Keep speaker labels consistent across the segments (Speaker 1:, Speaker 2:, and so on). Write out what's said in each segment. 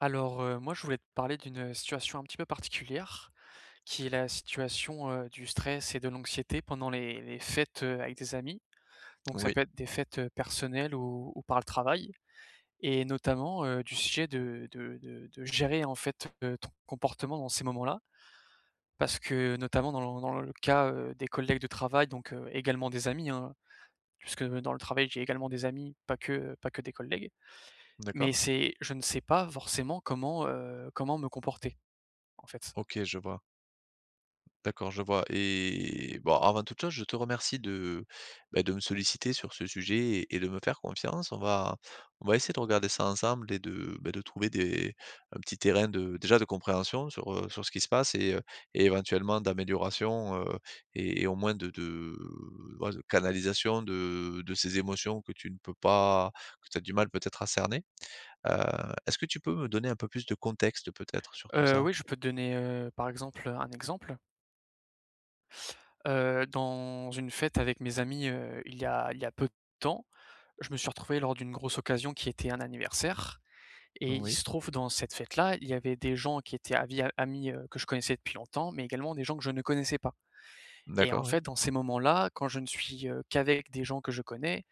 Speaker 1: Moi je voulais te parler d'une situation un petit peu particulière, qui est la situation, du stress et de l'anxiété pendant les fêtes, avec des amis. Donc ça
Speaker 2: Oui,
Speaker 1: peut être des fêtes, personnelles ou par le travail et notamment, du sujet de gérer en fait, ton comportement dans ces moments-là. Parce que notamment dans le cas, des collègues de travail donc, également des amis, hein, puisque dans le travail j'ai également des amis, pas que, pas que des collègues. Mais
Speaker 2: d'accord.
Speaker 1: c'est je ne sais pas forcément comment, comment me comporter, en fait.
Speaker 2: OK, je vois. D'accord, je vois et bon, avant toute chose, je te remercie de, bah, de me solliciter sur ce sujet et de me faire confiance. On va essayer de regarder ça ensemble et de, bah, de trouver des un petit terrain de déjà de compréhension sur ce qui se passe et éventuellement d'amélioration, et au moins de ouais, de canalisation de ces émotions que tu ne peux pas que tu as du mal peut-être à cerner. Heu, Est-ce que tu peux me donner un peu plus de contexte peut-être sur tout ça?
Speaker 1: Oui, je peux te donner, par exemple, un exemple. Dans une fête avec mes amis, il y a peu de temps, je me suis retrouvé lors d'une grosse occasion qui était un anniversaire et il
Speaker 2: Oui.
Speaker 1: se trouve dans cette fête-là, il y avait des gens qui étaient avis amis, que je connaissais depuis longtemps, mais également des gens que je ne connaissais pas et en
Speaker 2: D'accord, oui.
Speaker 1: fait, dans ces moments-là, quand je ne suis, qu'avec des gens que je connais,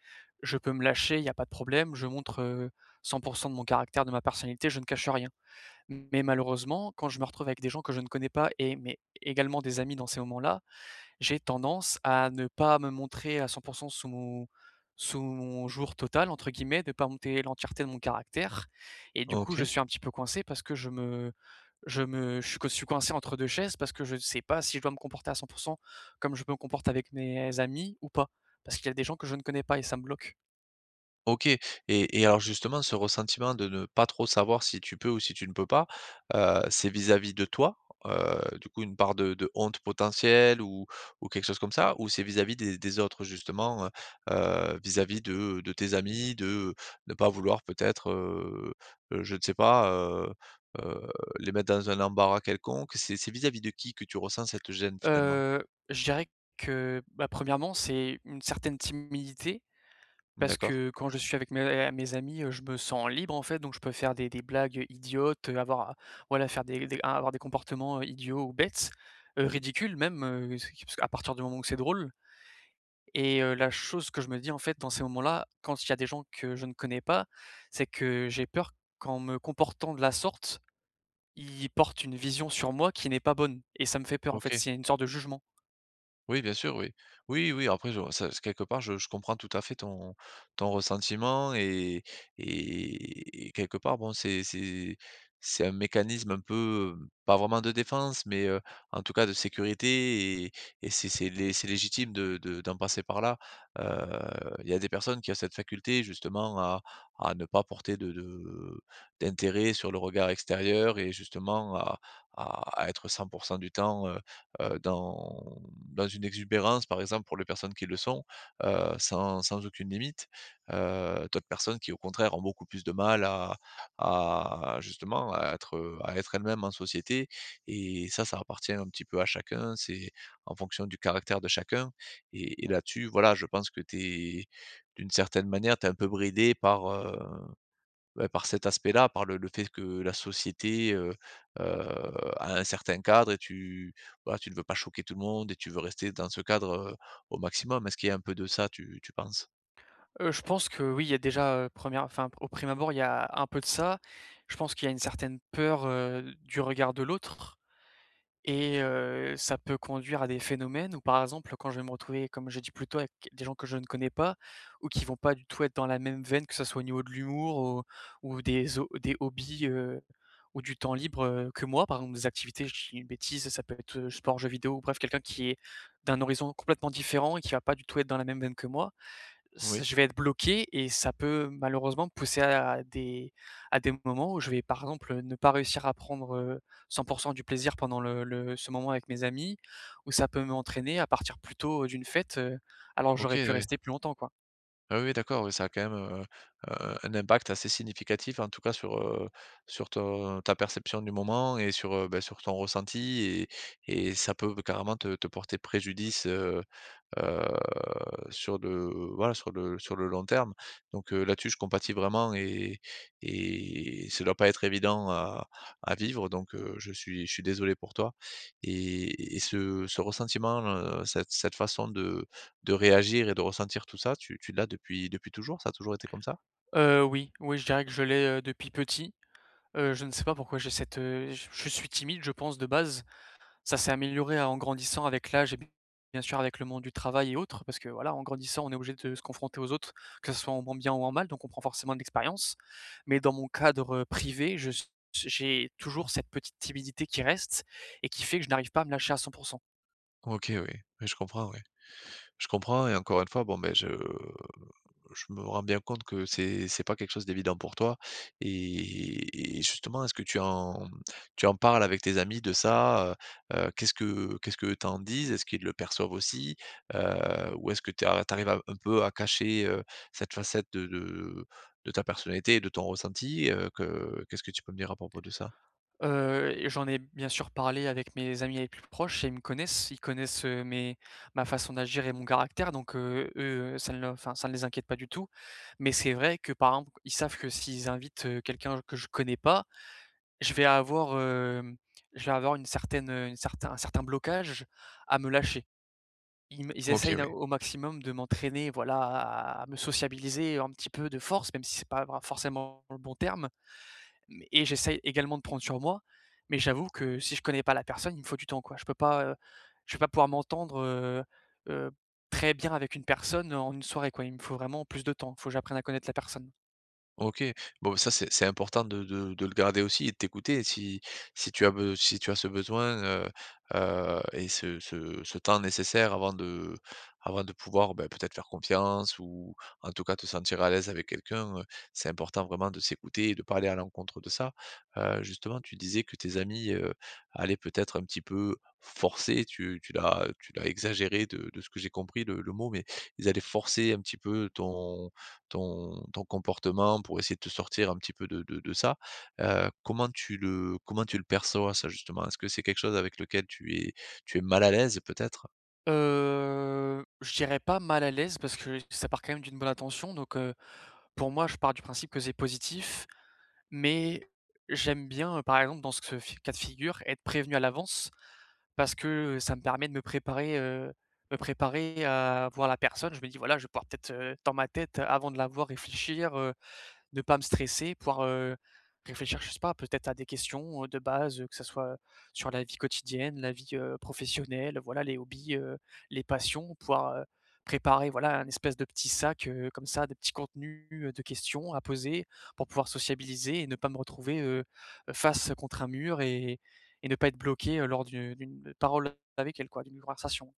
Speaker 1: je peux me lâcher, il y a pas de problème. Je montre, 100% de mon caractère, de ma personnalité, je ne cache rien. Mais malheureusement, quand je me retrouve avec des gens que je ne connais pas et mais également des amis dans ces moments-là, j'ai tendance à ne pas me montrer à cent pour 100 sous mon «jour total» entre guillemets, de ne pas montrer l'entièreté de mon caractère et du coup, je
Speaker 2: OK.
Speaker 1: suis un petit peu coincé parce que je me je me je suis co je suis coincé entre 2 chaises parce que je ne sais pas si je dois me comporter à cent pour 100 comme je peux me comporte avec mes amis ou pas. Parce qu'il y a des gens que je ne connais pas et ça me bloque.
Speaker 2: OK et alors justement ce ressentiment de ne pas trop savoir si tu peux ou si tu ne peux pas, c'est vis-à-vis de toi? Du coup, une part de honte potentielle ou quelque chose comme ça? Ou c'est vis-à-vis des autres justement, vis-à-vis de tes amis, de ne pas vouloir peut-être, je ne sais pas, heu, les mettre dans un embarras quelconque? C'est vis-à-vis de qui que tu ressens cette gêne finalement?
Speaker 1: Heu, je dirais que, bah, 1°, c'est une certaine timidité. Parce
Speaker 2: D'accord,
Speaker 1: que quand je suis avec mes amis, je me sens libre en fait, donc je peux faire des blagues idiotes, avoir, voilà, faire des avoir des comportements, idiots ou bêtes, ridicules même, c'est parce qu'à partir du moment où c'est drôle. Et la chose que je me dis en fait dans ces moments-là, quand il y a des gens que je ne connais pas, c'est que j'ai peur qu'en me comportant de la sorte, ils portent une vision sur moi qui n'est pas bonne et ça me fait peur en fait,
Speaker 2: OK.
Speaker 1: c'est une sorte de jugement.
Speaker 2: Oui, bien sûr, oui. Oui, oui, après, je ça quelque part, je comprends tout à fait ton ressentiment et quelque part, bon, c'est un mécanisme un peu, pas vraiment de défense, mais en tout cas de sécurité et c'est légitime de d'en passer par là. Il y a des personnes qui ont cette faculté justement à ne pas porter de d'intérêt sur le regard extérieur et justement à à être 100% du temps, dans une exubérance, par exemple, pour les personnes qui le sont, sans aucune limite, d'autres personnes qui, au contraire, ont beaucoup plus de mal à justement à être elles-mêmes en société et ça appartient un petit peu à chacun, c'est en fonction du caractère de chacun et là-dessus, voilà, je pense que tu es d'une certaine manière, tu es un peu bridé par cet aspect-là, par le fait que la société, heu, a un certain cadre et tu voilà, tu ne veux pas choquer tout le monde et tu veux rester dans ce cadre, au maximum. Est-ce qu'il y a un peu de ça, tu penses?
Speaker 1: Je pense que oui, il y a déjà, première enfin, au prime abord, il y a un peu de ça. Je pense qu'il y a une certaine peur, du regard de l'autre. Et ça peut conduire à des phénomènes où, par exemple, quand je vais me retrouver, comme j'ai dit plus tôt, avec des gens que je ne connais pas ou qui vont pas du tout être dans la même veine, que ça soit au niveau de l'humour ou des hobbies, ou du temps libre, que moi. Par exemple, des activités, je dis une bêtise, ça peut être, sport, jeux vidéo ou bref, quelqu'un qui est d'un horizon complètement différent et qui va pas du tout être dans la même veine que moi. S
Speaker 2: Oui,
Speaker 1: Je vais être bloqué et ça peut malheureusement me pousser à des moments où je vais, par exemple, ne pas réussir à prendre, 100% du plaisir pendant le ce moment avec mes amis, ou ça peut m'entraîner à partir plus tôt, d'une fête, alors que j'aurais pu
Speaker 2: OK.
Speaker 1: rester plus longtemps, quoi.
Speaker 2: Ah oui, oui, d'accord, oui, ça a quand même, un impact assez significatif, en tout cas sur ton ta perception du moment et sur ton ressenti et ça peut carrément te porter préjudice, heu, sur le voilà, sur le long terme. Donc, là-dessus, je compatis vraiment et ça doit pas être évident à vivre, donc, je suis désolé pour toi et ce ressentiment, cette façon de réagir et de ressentir tout ça, tu l'as depuis toujours? Ça a toujours été comme ça?
Speaker 1: Oui, oui, je dirais que je l'ai, depuis petit. Je ne sais pas pourquoi j'ai cette, je suis timide, je pense, de base. Ça s'est amélioré en grandissant avec l'âge et b bien sûr avec le monde du travail et autres, parce que voilà, en grandissant, on est obligé de se confronter aux autres, que ce soit en bien ou en mal, donc on prend forcément de l'expérience. Mais dans mon cadre privé, je s j'ai toujours cette petite timidité qui reste et qui fait que je n'arrive pas à me lâcher à 100%.
Speaker 2: OK, oui. Oui. Je comprends et encore une fois, bon, ben, je me rends bien compte que c'est pas quelque chose d'évident pour toi et justement, est-ce que tu en parles avec tes amis de ça? Qu'est-ce que t'en disent? Est-ce qu'ils le perçoivent aussi? Ou est-ce que tu ar arrives un peu à cacher, cette facette de ta personnalité et de ton ressenti? Que Qu'est-ce que tu peux me dire à propos de ça?
Speaker 1: Et j'en ai bien sûr parlé avec mes amis les plus proches et ils me connaissent, ils connaissent, mes ma façon d'agir et mon caractère donc eux, ça ne les inquiète pas du tout. Mais c'est vrai que, par exemple, ils savent que s'ils invitent, quelqu'un que je connais pas, je vais avoir, je vais avoir une certaine, une certain un certain blocage à me lâcher. Ils essayent
Speaker 2: OK, oui.
Speaker 1: d'un au maximum de m'entraîner, voilà, à me sociabiliser un petit peu de force, même si c'est pas vra forcément le bon terme, mais et j'essaye également de prendre sur moi, mais j'avoue que si je connais pas la personne, il me faut du temps, quoi. Je peux pas, je vais pas pouvoir m'entendre, heu, très bien avec une personne en une soirée, quoi. Il me faut vraiment plus de temps. Il faut que j'apprenne à connaître la personne.
Speaker 2: OK. Bon, ça, c'est important de le garder aussi et de t'écouter. Si tu as ce besoin, et ce temps nécessaire avant de pouvoir, bah, peut-être faire confiance ou en tout cas te sentir à l'aise avec quelqu'un, c'est important vraiment de s'écouter et de parler à l'encontre de ça. Justement, tu disais que tes amis, allaient peut-être un petit peu forcer, tu l'as exagéré de ce que j'ai compris le mot, mais ils allaient forcer un petit peu ton comportement pour essayer de te sortir un petit peu de ça. Comment tu le perçois ça justement? Est-ce que c'est quelque chose avec lequel tu es mal à l'aise peut-être?
Speaker 1: Je dirais pas mal à l'aise parce que ça part quand même d'une bonne intention donc pour moi, je pars du principe que c'est positif. Mais j'aime bien, par exemple, dans ce fi cas de figure, être prévenu à l'avance parce que ça me permet de me préparer à voir la personne. Je me dis: «Voilà, je vais pouvoir peut-être, dans ma tête, avant de la voir, réfléchir, ne pas me stresser, pouvoir, réfléchir, je sais pas, peut-être à des questions, de base, que ça soit, sur la vie quotidienne, la vie, professionnelle, voilà, les hobbies, les passions. Pouvoir, préparer, voilà, un espèce de petit sac, comme ça, de petits contenus, de questions à poser pour pouvoir sociabiliser et ne pas me retrouver, face contre un mur et ne pas être bloqué, lors d'une parole avec elle, quoi, d'une conversation.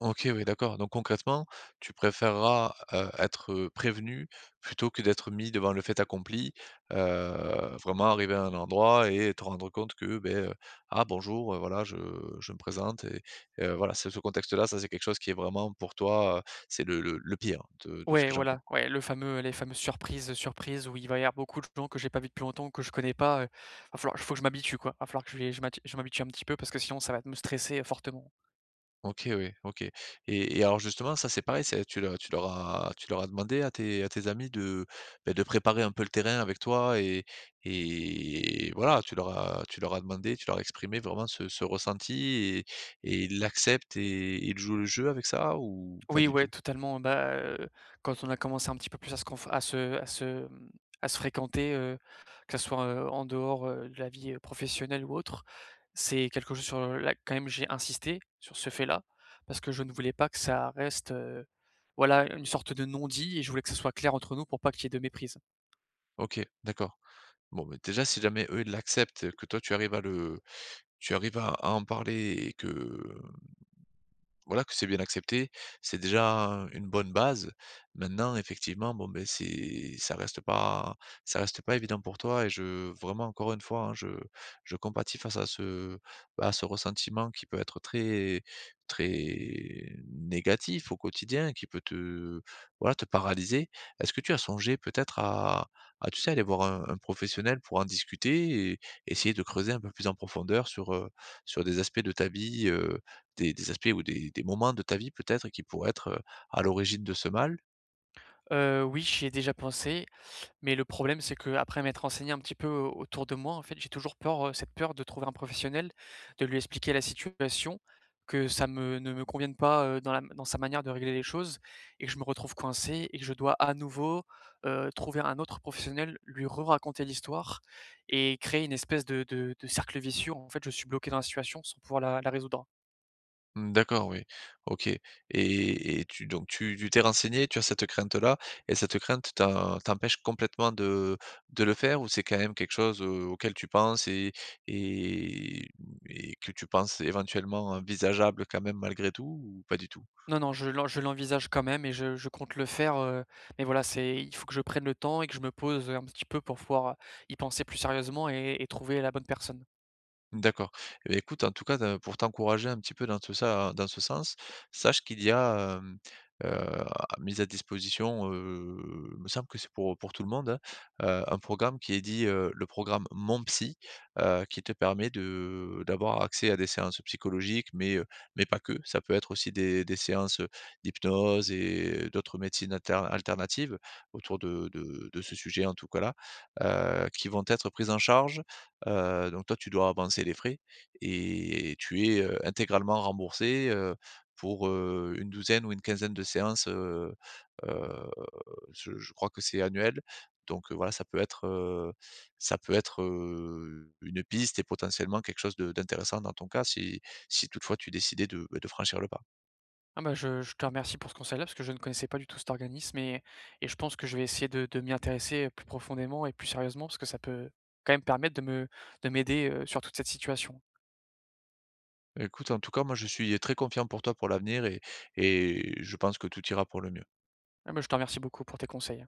Speaker 2: OK, oui, d'accord. Donc concrètement, tu préféreras, être, prévenu plutôt que d'être mis devant le fait accompli, vraiment arriver à un endroit et te rendre compte que, ben: Ah bonjour, voilà je me présente » et voilà, c'est ce contexte-là, ça c'est quelque chose qui est vraiment pour toi, c'est le pire de ce
Speaker 1: Ouais,
Speaker 2: que j'en com
Speaker 1: voilà, ouais, le fameux les fameuses surprises, où il va y avoir beaucoup de gens que j'ai pas vus depuis longtemps, que je connais pas. Il va falloir Faut que je m'habitue, quoi. Va falloir que je m'habitue un petit peu parce que sinon ça va me stresser, fortement.
Speaker 2: OK, oui, OK et alors justement ça c'est pareil, c'est tu leur as demandé à tes amis de, beh, de préparer un peu le terrain avec toi et voilà, tu leur as demandé, tu leur as exprimé vraiment ce ressenti et ils l'acceptent et ils jouent le jeu avec ça ou pas
Speaker 1: Oui,
Speaker 2: du
Speaker 1: ouais,
Speaker 2: tout?
Speaker 1: totalement, bah, quand on a commencé un petit peu plus à se, à se fréquenter, que ça soit, en dehors, de la vie, professionnelle ou autre, c'est quelque chose sur, la. Quand même j'ai insisté sur ce fait-là parce que je ne voulais pas que ça reste, voilà, une sorte de non-dit et je voulais que ça soit clair entre nous pour pas qu'il y ait de méprise.
Speaker 2: OK, d'accord. Bon, mais déjà si jamais eux ils l'acceptent, que toi tu arrives à en parler et que voilà, que c'est bien accepté, c'est déjà une bonne base. Maintenant, effectivement, bon, ben c'est ça reste pas évident pour toi et je vraiment encore une fois, hein, je compatis face bah, à ce ressentiment qui peut être très très négatif au quotidien, qui peut te voilà, te paralyser. Est-ce que tu as songé peut-être à tu sais, aller voir un professionnel pour en discuter et essayer de creuser un peu plus en profondeur sur, sur des aspects de ta vie, des aspects ou des moments de ta vie peut-être qui pourraient être, à l'origine de ce mal?
Speaker 1: Oui, j'y ai déjà pensé. Mais le problème, c'est que après m'être renseigné un petit peu au autour de moi, en fait, j'ai toujours peur, cette peur de trouver un professionnel, de lui expliquer la situation, que ça me ne me convienne pas, dans sa manière de régler les choses et que je me retrouve coincé et que je dois à nouveau, trouver un autre professionnel, lui re-raconter l'histoire et créer une espèce de cercle vicieux. En fait, je suis bloqué dans la situation sans pouvoir la résoudre.
Speaker 2: Mmh, d'accord, oui. OK et tu donc tu tu t'es renseigné, tu as cette crainte-là et cette crainte t'en t'empêche complètement de le faire ou c'est quand même quelque chose, auquel tu penses et et que tu penses éventuellement envisageable quand même malgré tout ou pas du tout?
Speaker 1: Non, non, je l'envisage quand même et je compte le faire, mais voilà, c'est il faut que je prenne le temps et que je me pose, un petit peu pour pouvoir, y penser plus sérieusement et trouver la bonne personne.
Speaker 2: D'accord. Eh beh, écoute, en tout cas, pour t'encourager un petit peu dans ce sens, sache qu'il y a, heu, mis à disposition, il me semble que c'est pour tout le monde, hein, un programme qui est dit, le programme Mon Psy, qui te permet de d'avoir accès à des séances psychologiques, mais pas que. Ça peut être aussi des séances, d'hypnose et d'autres médecines alternatives autour de ce sujet, en tout cas là, qui vont être prises en charge. Donc toi, tu dois avancer les frais et tu es, intégralement remboursé, pour, une douzaine ou une quinzaine de séances, heu, je crois que c'est annuel. Donc, voilà, ça peut être une piste et potentiellement quelque chose de d'intéressant dans ton cas si toutefois tu décidais de, bah, de franchir le pas.
Speaker 1: Ah bah, je te remercie pour ce conseil-là parce que je ne connaissais pas du tout cet organisme et je pense que je vais essayer de m'y intéresser, plus profondément et plus sérieusement parce que ça peut quand même permettre de m'aider, sur toute cette situation.
Speaker 2: Écoute, en tout cas, moi, je suis très confiant pour toi pour l'avenir et je pense que tout ira pour le mieux.
Speaker 1: Ah bah, je te remercie beaucoup pour tes conseils.